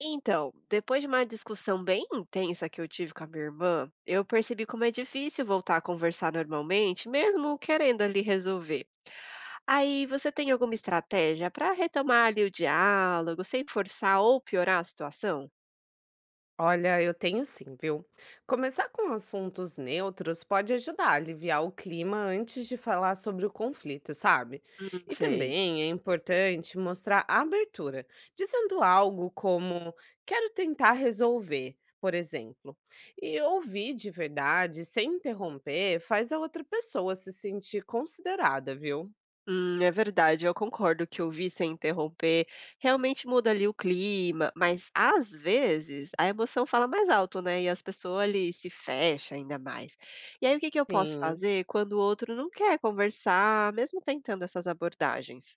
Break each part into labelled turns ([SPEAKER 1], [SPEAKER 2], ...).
[SPEAKER 1] Então, depois de uma discussão bem intensa que eu tive com a minha irmã, eu percebi como é difícil voltar a conversar normalmente, mesmo querendo ali resolver. Aí, você tem alguma estratégia para retomar ali o diálogo sem forçar ou piorar a situação?
[SPEAKER 2] Olha, eu tenho sim, viu? Começar com assuntos neutros pode ajudar a aliviar o clima antes de falar sobre o conflito, sabe?
[SPEAKER 1] Não
[SPEAKER 2] E
[SPEAKER 1] sei.
[SPEAKER 2] também é importante mostrar abertura, dizendo algo como quero tentar resolver, por exemplo. E ouvir de verdade, sem interromper, faz a outra pessoa se sentir considerada, viu?
[SPEAKER 1] É verdade, eu concordo que ouvir sem interromper realmente muda ali o clima, mas às vezes a emoção fala mais alto, né? E as pessoas ali se fecham ainda mais. E aí o que que eu posso
[SPEAKER 2] Sim.
[SPEAKER 1] fazer quando o outro não quer conversar, mesmo tentando essas abordagens?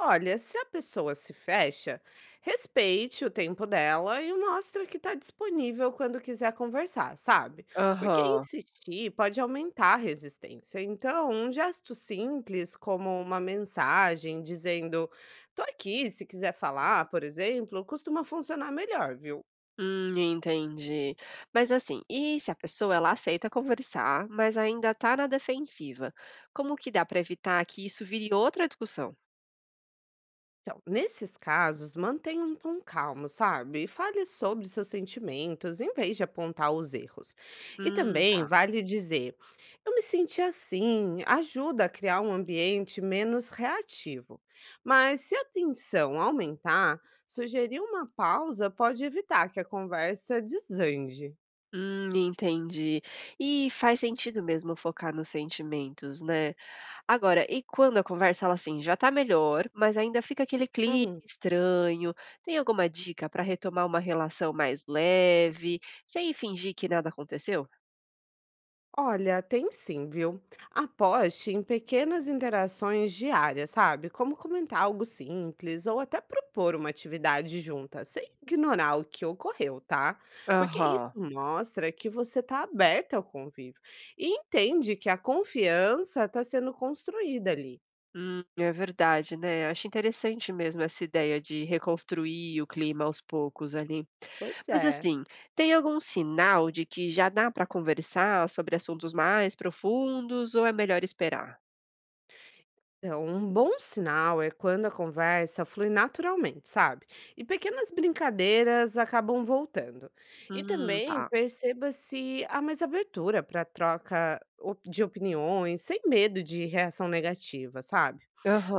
[SPEAKER 2] Olha, se a pessoa se fecha, respeite o tempo dela e mostra que está disponível quando quiser conversar, sabe? Porque
[SPEAKER 1] Aham.
[SPEAKER 2] insistir pode aumentar a resistência. Então, um gesto simples, como uma mensagem dizendo: tô aqui, se quiser falar, por exemplo, costuma funcionar melhor, viu?
[SPEAKER 1] Entendi. Mas assim, e se a pessoa ela aceita conversar, mas ainda tá na defensiva? Como que dá para evitar que isso vire outra discussão?
[SPEAKER 2] Então, nesses casos, mantenha um tom calmo, sabe? E fale sobre seus sentimentos em vez de apontar os erros. E
[SPEAKER 1] Hum.
[SPEAKER 2] também vale dizer: eu me senti assim, ajuda a criar um ambiente menos reativo. Mas se a tensão aumentar, sugerir uma pausa pode evitar que a conversa desande.
[SPEAKER 1] Entendi. E faz sentido mesmo focar nos sentimentos, né. Agora, e quando a conversa ela, assim, já tá melhor, mas ainda fica aquele clima
[SPEAKER 2] Uhum.
[SPEAKER 1] estranho, tem alguma dica para retomar uma relação mais leve, sem fingir que nada aconteceu?
[SPEAKER 2] Olha, tem sim, viu? Aposte em pequenas interações diárias, sabe? Como comentar algo simples ou até propor uma atividade junta, sem ignorar o que ocorreu, tá? Porque isso
[SPEAKER 1] Aham.
[SPEAKER 2] mostra que você está aberta ao convívio e entende que a confiança está sendo construída ali.
[SPEAKER 1] É verdade, né. Acho interessante mesmo essa ideia de reconstruir o clima aos poucos ali.
[SPEAKER 2] Pois
[SPEAKER 1] Mas,
[SPEAKER 2] é.
[SPEAKER 1] assim, tem algum sinal de que já dá para conversar sobre assuntos mais profundos ou é melhor esperar?
[SPEAKER 2] Então, um bom sinal é quando a conversa flui naturalmente, sabe? E pequenas brincadeiras acabam voltando. E também
[SPEAKER 1] Tá.
[SPEAKER 2] perceba se há mais abertura para troca de opiniões, sem medo de reação negativa, sabe?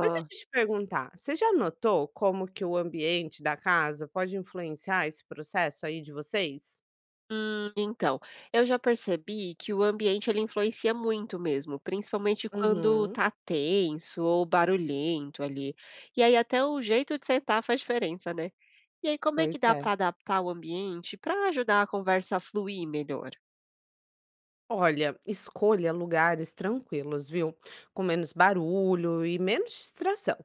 [SPEAKER 2] Mas deixa eu te perguntar, você já notou como que o ambiente da casa pode influenciar esse processo aí de vocês?
[SPEAKER 1] Hum, então, eu já percebi que o ambiente ele influencia muito mesmo, principalmente quando
[SPEAKER 2] Uhum,
[SPEAKER 1] tá tenso ou barulhento ali. E aí até o jeito de sentar faz diferença, né? E aí como é que
[SPEAKER 2] pois
[SPEAKER 1] dá
[SPEAKER 2] é.
[SPEAKER 1] para adaptar o ambiente para ajudar a conversa a fluir melhor?
[SPEAKER 2] Olha, escolha lugares tranquilos, viu? Com menos barulho e menos distração,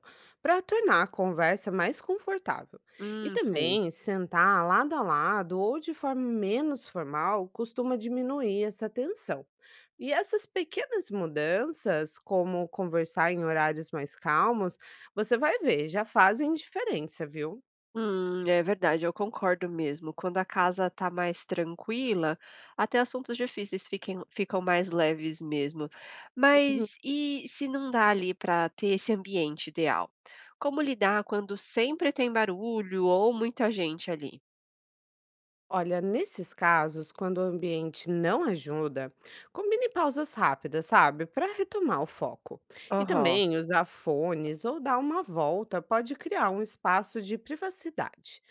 [SPEAKER 2] para tornar a conversa mais confortável. E
[SPEAKER 1] Sei.
[SPEAKER 2] também sentar lado a lado ou de forma menos formal costuma diminuir essa tensão. E essas pequenas mudanças, como conversar em horários mais calmos, você vai ver, já fazem diferença, viu?
[SPEAKER 1] É verdade, eu concordo mesmo. Quando a casa tá mais tranquila, até assuntos difíceis ficam mais leves mesmo. Mas e se não dá ali para ter esse ambiente ideal? Como lidar quando sempre tem barulho ou muita gente ali?
[SPEAKER 2] Olha, nesses casos, quando o ambiente não ajuda, combine pausas rápidas, sabe? Para retomar o foco. E
[SPEAKER 1] Aham.
[SPEAKER 2] também usar fones ou dar uma volta pode criar um espaço de privacidade.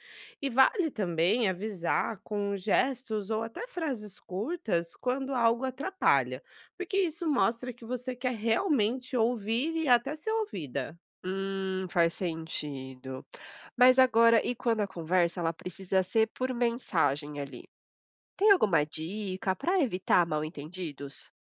[SPEAKER 2] E vale também avisar com gestos ou até frases curtas quando algo atrapalha, porque isso mostra que você quer realmente ouvir e até ser ouvida.
[SPEAKER 1] Faz sentido. Mas agora, e quando a conversa ela precisa ser por mensagem ali? Tem alguma dica para evitar mal-entendidos?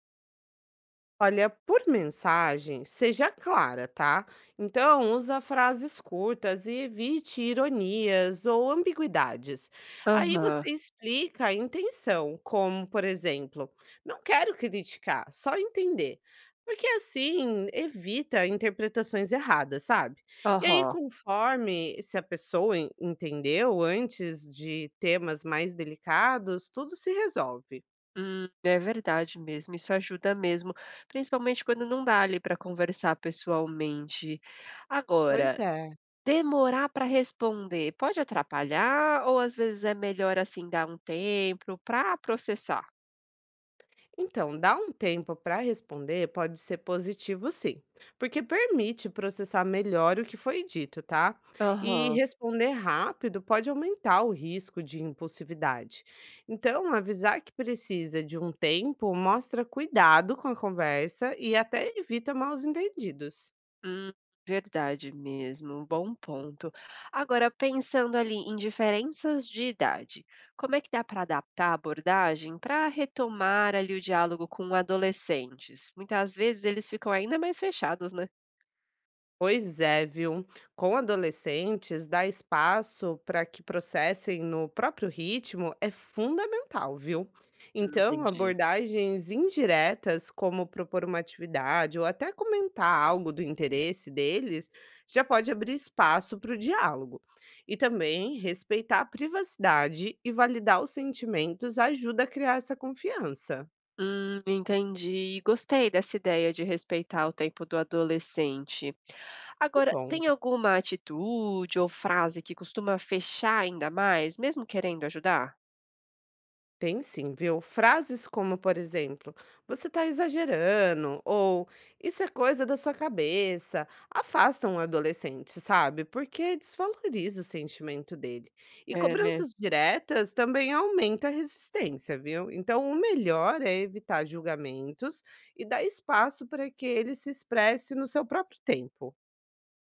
[SPEAKER 2] Olha, por mensagem, seja clara, tá? Então, usa frases curtas e evite ironias ou ambiguidades. Aí
[SPEAKER 1] Aham,
[SPEAKER 2] você explica a intenção, como, por exemplo, não quero criticar, só entender. Porque assim evita interpretações erradas, sabe? E aí,
[SPEAKER 1] aham.
[SPEAKER 2] conforme se a pessoa entendeu antes de temas mais delicados, tudo se resolve.
[SPEAKER 1] É verdade mesmo, isso ajuda mesmo, principalmente quando não dá ali para conversar pessoalmente.
[SPEAKER 2] Pois
[SPEAKER 1] Agora,
[SPEAKER 2] é.
[SPEAKER 1] demorar para responder pode atrapalhar ou às vezes é melhor assim dar um tempo para processar?
[SPEAKER 2] Então, dar um tempo para responder pode ser positivo, sim, porque permite processar melhor o que foi dito, tá? E
[SPEAKER 1] Aham.
[SPEAKER 2] responder rápido pode aumentar o risco de impulsividade. Então, avisar que precisa de um tempo mostra cuidado com a conversa e até evita mal-entendidos.
[SPEAKER 1] Hum, verdade mesmo, bom ponto. Agora, pensando ali em diferenças de idade, como é que dá para adaptar a abordagem para retomar ali o diálogo com adolescentes? Muitas vezes eles ficam ainda mais fechados, né?
[SPEAKER 2] Pois é, viu? Com adolescentes, dar espaço para que processem no próprio ritmo é fundamental, viu? Então,
[SPEAKER 1] Entendi.
[SPEAKER 2] abordagens indiretas, como propor uma atividade ou até comentar algo do interesse deles, já pode abrir espaço para o diálogo. E também respeitar a privacidade e validar os sentimentos ajuda a criar essa confiança.
[SPEAKER 1] Entendi. Gostei dessa ideia de respeitar o tempo do adolescente.
[SPEAKER 2] Que
[SPEAKER 1] Agora,
[SPEAKER 2] bom.
[SPEAKER 1] tem alguma atitude ou frase que costuma fechar ainda mais, mesmo querendo ajudar?
[SPEAKER 2] Tem sim, viu? Frases como, por exemplo, você tá exagerando, ou isso é coisa da sua cabeça, afastam o adolescente, sabe? Porque desvaloriza o sentimento dele. E
[SPEAKER 1] É, né?
[SPEAKER 2] cobranças diretas também aumenta a resistência, viu? Então, o melhor é evitar julgamentos e dar espaço para que ele se expresse no seu próprio tempo.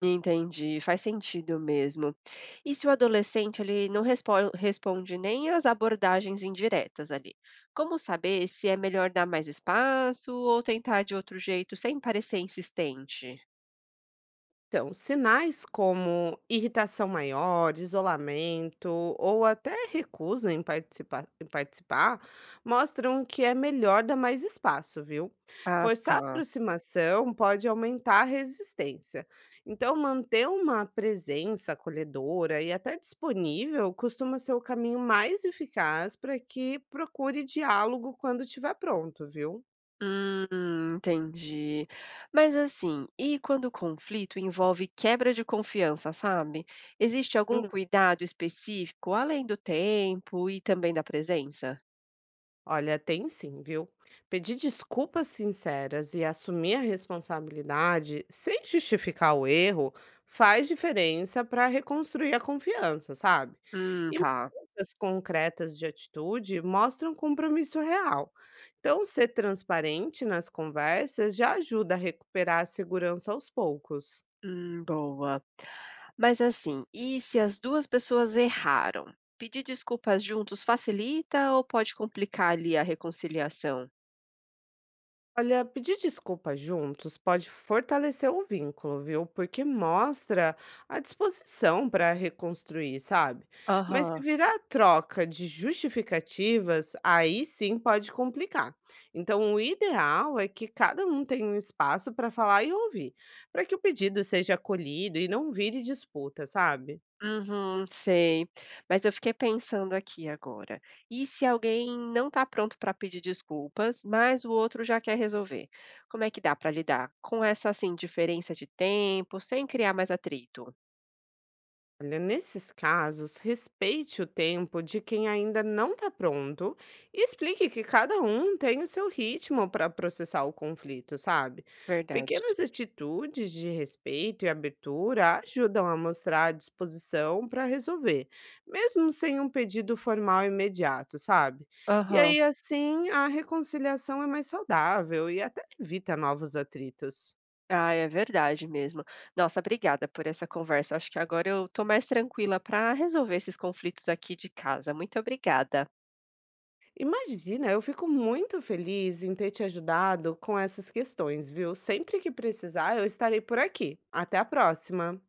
[SPEAKER 1] Entendi, faz sentido mesmo. E se o adolescente ele responde nem às abordagens indiretas ali? Como saber se é melhor dar mais espaço ou tentar de outro jeito sem parecer insistente?
[SPEAKER 2] Então, sinais como irritação maior, isolamento ou até recusa em em participar mostram que é melhor dar mais espaço, viu?
[SPEAKER 1] Ah,
[SPEAKER 2] Forçar a
[SPEAKER 1] tá.
[SPEAKER 2] aproximação pode aumentar a resistência. Então, manter uma presença acolhedora e até disponível costuma ser o caminho mais eficaz para que procure diálogo quando estiver pronto, viu?
[SPEAKER 1] Entendi. Mas assim, e quando o conflito envolve quebra de confiança, sabe? Existe algum cuidado específico além do tempo e também da presença?
[SPEAKER 2] Olha, tem sim, viu? Pedir desculpas sinceras e assumir a responsabilidade sem justificar o erro faz diferença para reconstruir a confiança, sabe? E
[SPEAKER 1] Tá.
[SPEAKER 2] mudanças concretas de atitude mostram compromisso real. Então, ser transparente nas conversas já ajuda a recuperar a segurança aos poucos.
[SPEAKER 1] Boa. Mas assim, e se as duas pessoas erraram? Pedir desculpas juntos facilita ou pode complicar ali a reconciliação?
[SPEAKER 2] Olha, pedir desculpa juntos pode fortalecer o vínculo, viu? Porque mostra a disposição para reconstruir, sabe? Mas se
[SPEAKER 1] Aham.
[SPEAKER 2] virar troca de justificativas, aí sim pode complicar. Então, o ideal é que cada um tenha um espaço para falar e ouvir, para que o pedido seja acolhido e não vire disputa, sabe?
[SPEAKER 1] Uhum, sei. Mas eu fiquei pensando aqui agora. E se alguém não está pronto para pedir desculpas, mas o outro já quer resolver? Como é que dá para lidar com essa assim diferença de tempo, sem criar mais atrito?
[SPEAKER 2] Olha, nesses casos, respeite o tempo de quem ainda não está pronto e explique que cada um tem o seu ritmo para processar o conflito, sabe?
[SPEAKER 1] Verdade.
[SPEAKER 2] Pequenas atitudes de respeito e abertura ajudam a mostrar a disposição para resolver, mesmo sem um pedido formal imediato, sabe? E
[SPEAKER 1] Aham.
[SPEAKER 2] aí, assim, a reconciliação é mais saudável e até evita novos atritos.
[SPEAKER 1] Ah, é verdade mesmo. Nossa, obrigada por essa conversa. Acho que agora eu tô mais tranquila para resolver esses conflitos aqui de casa. Muito obrigada.
[SPEAKER 2] Imagina, eu fico muito feliz em ter te ajudado com essas questões, viu? Sempre que precisar, eu estarei por aqui. Até a próxima!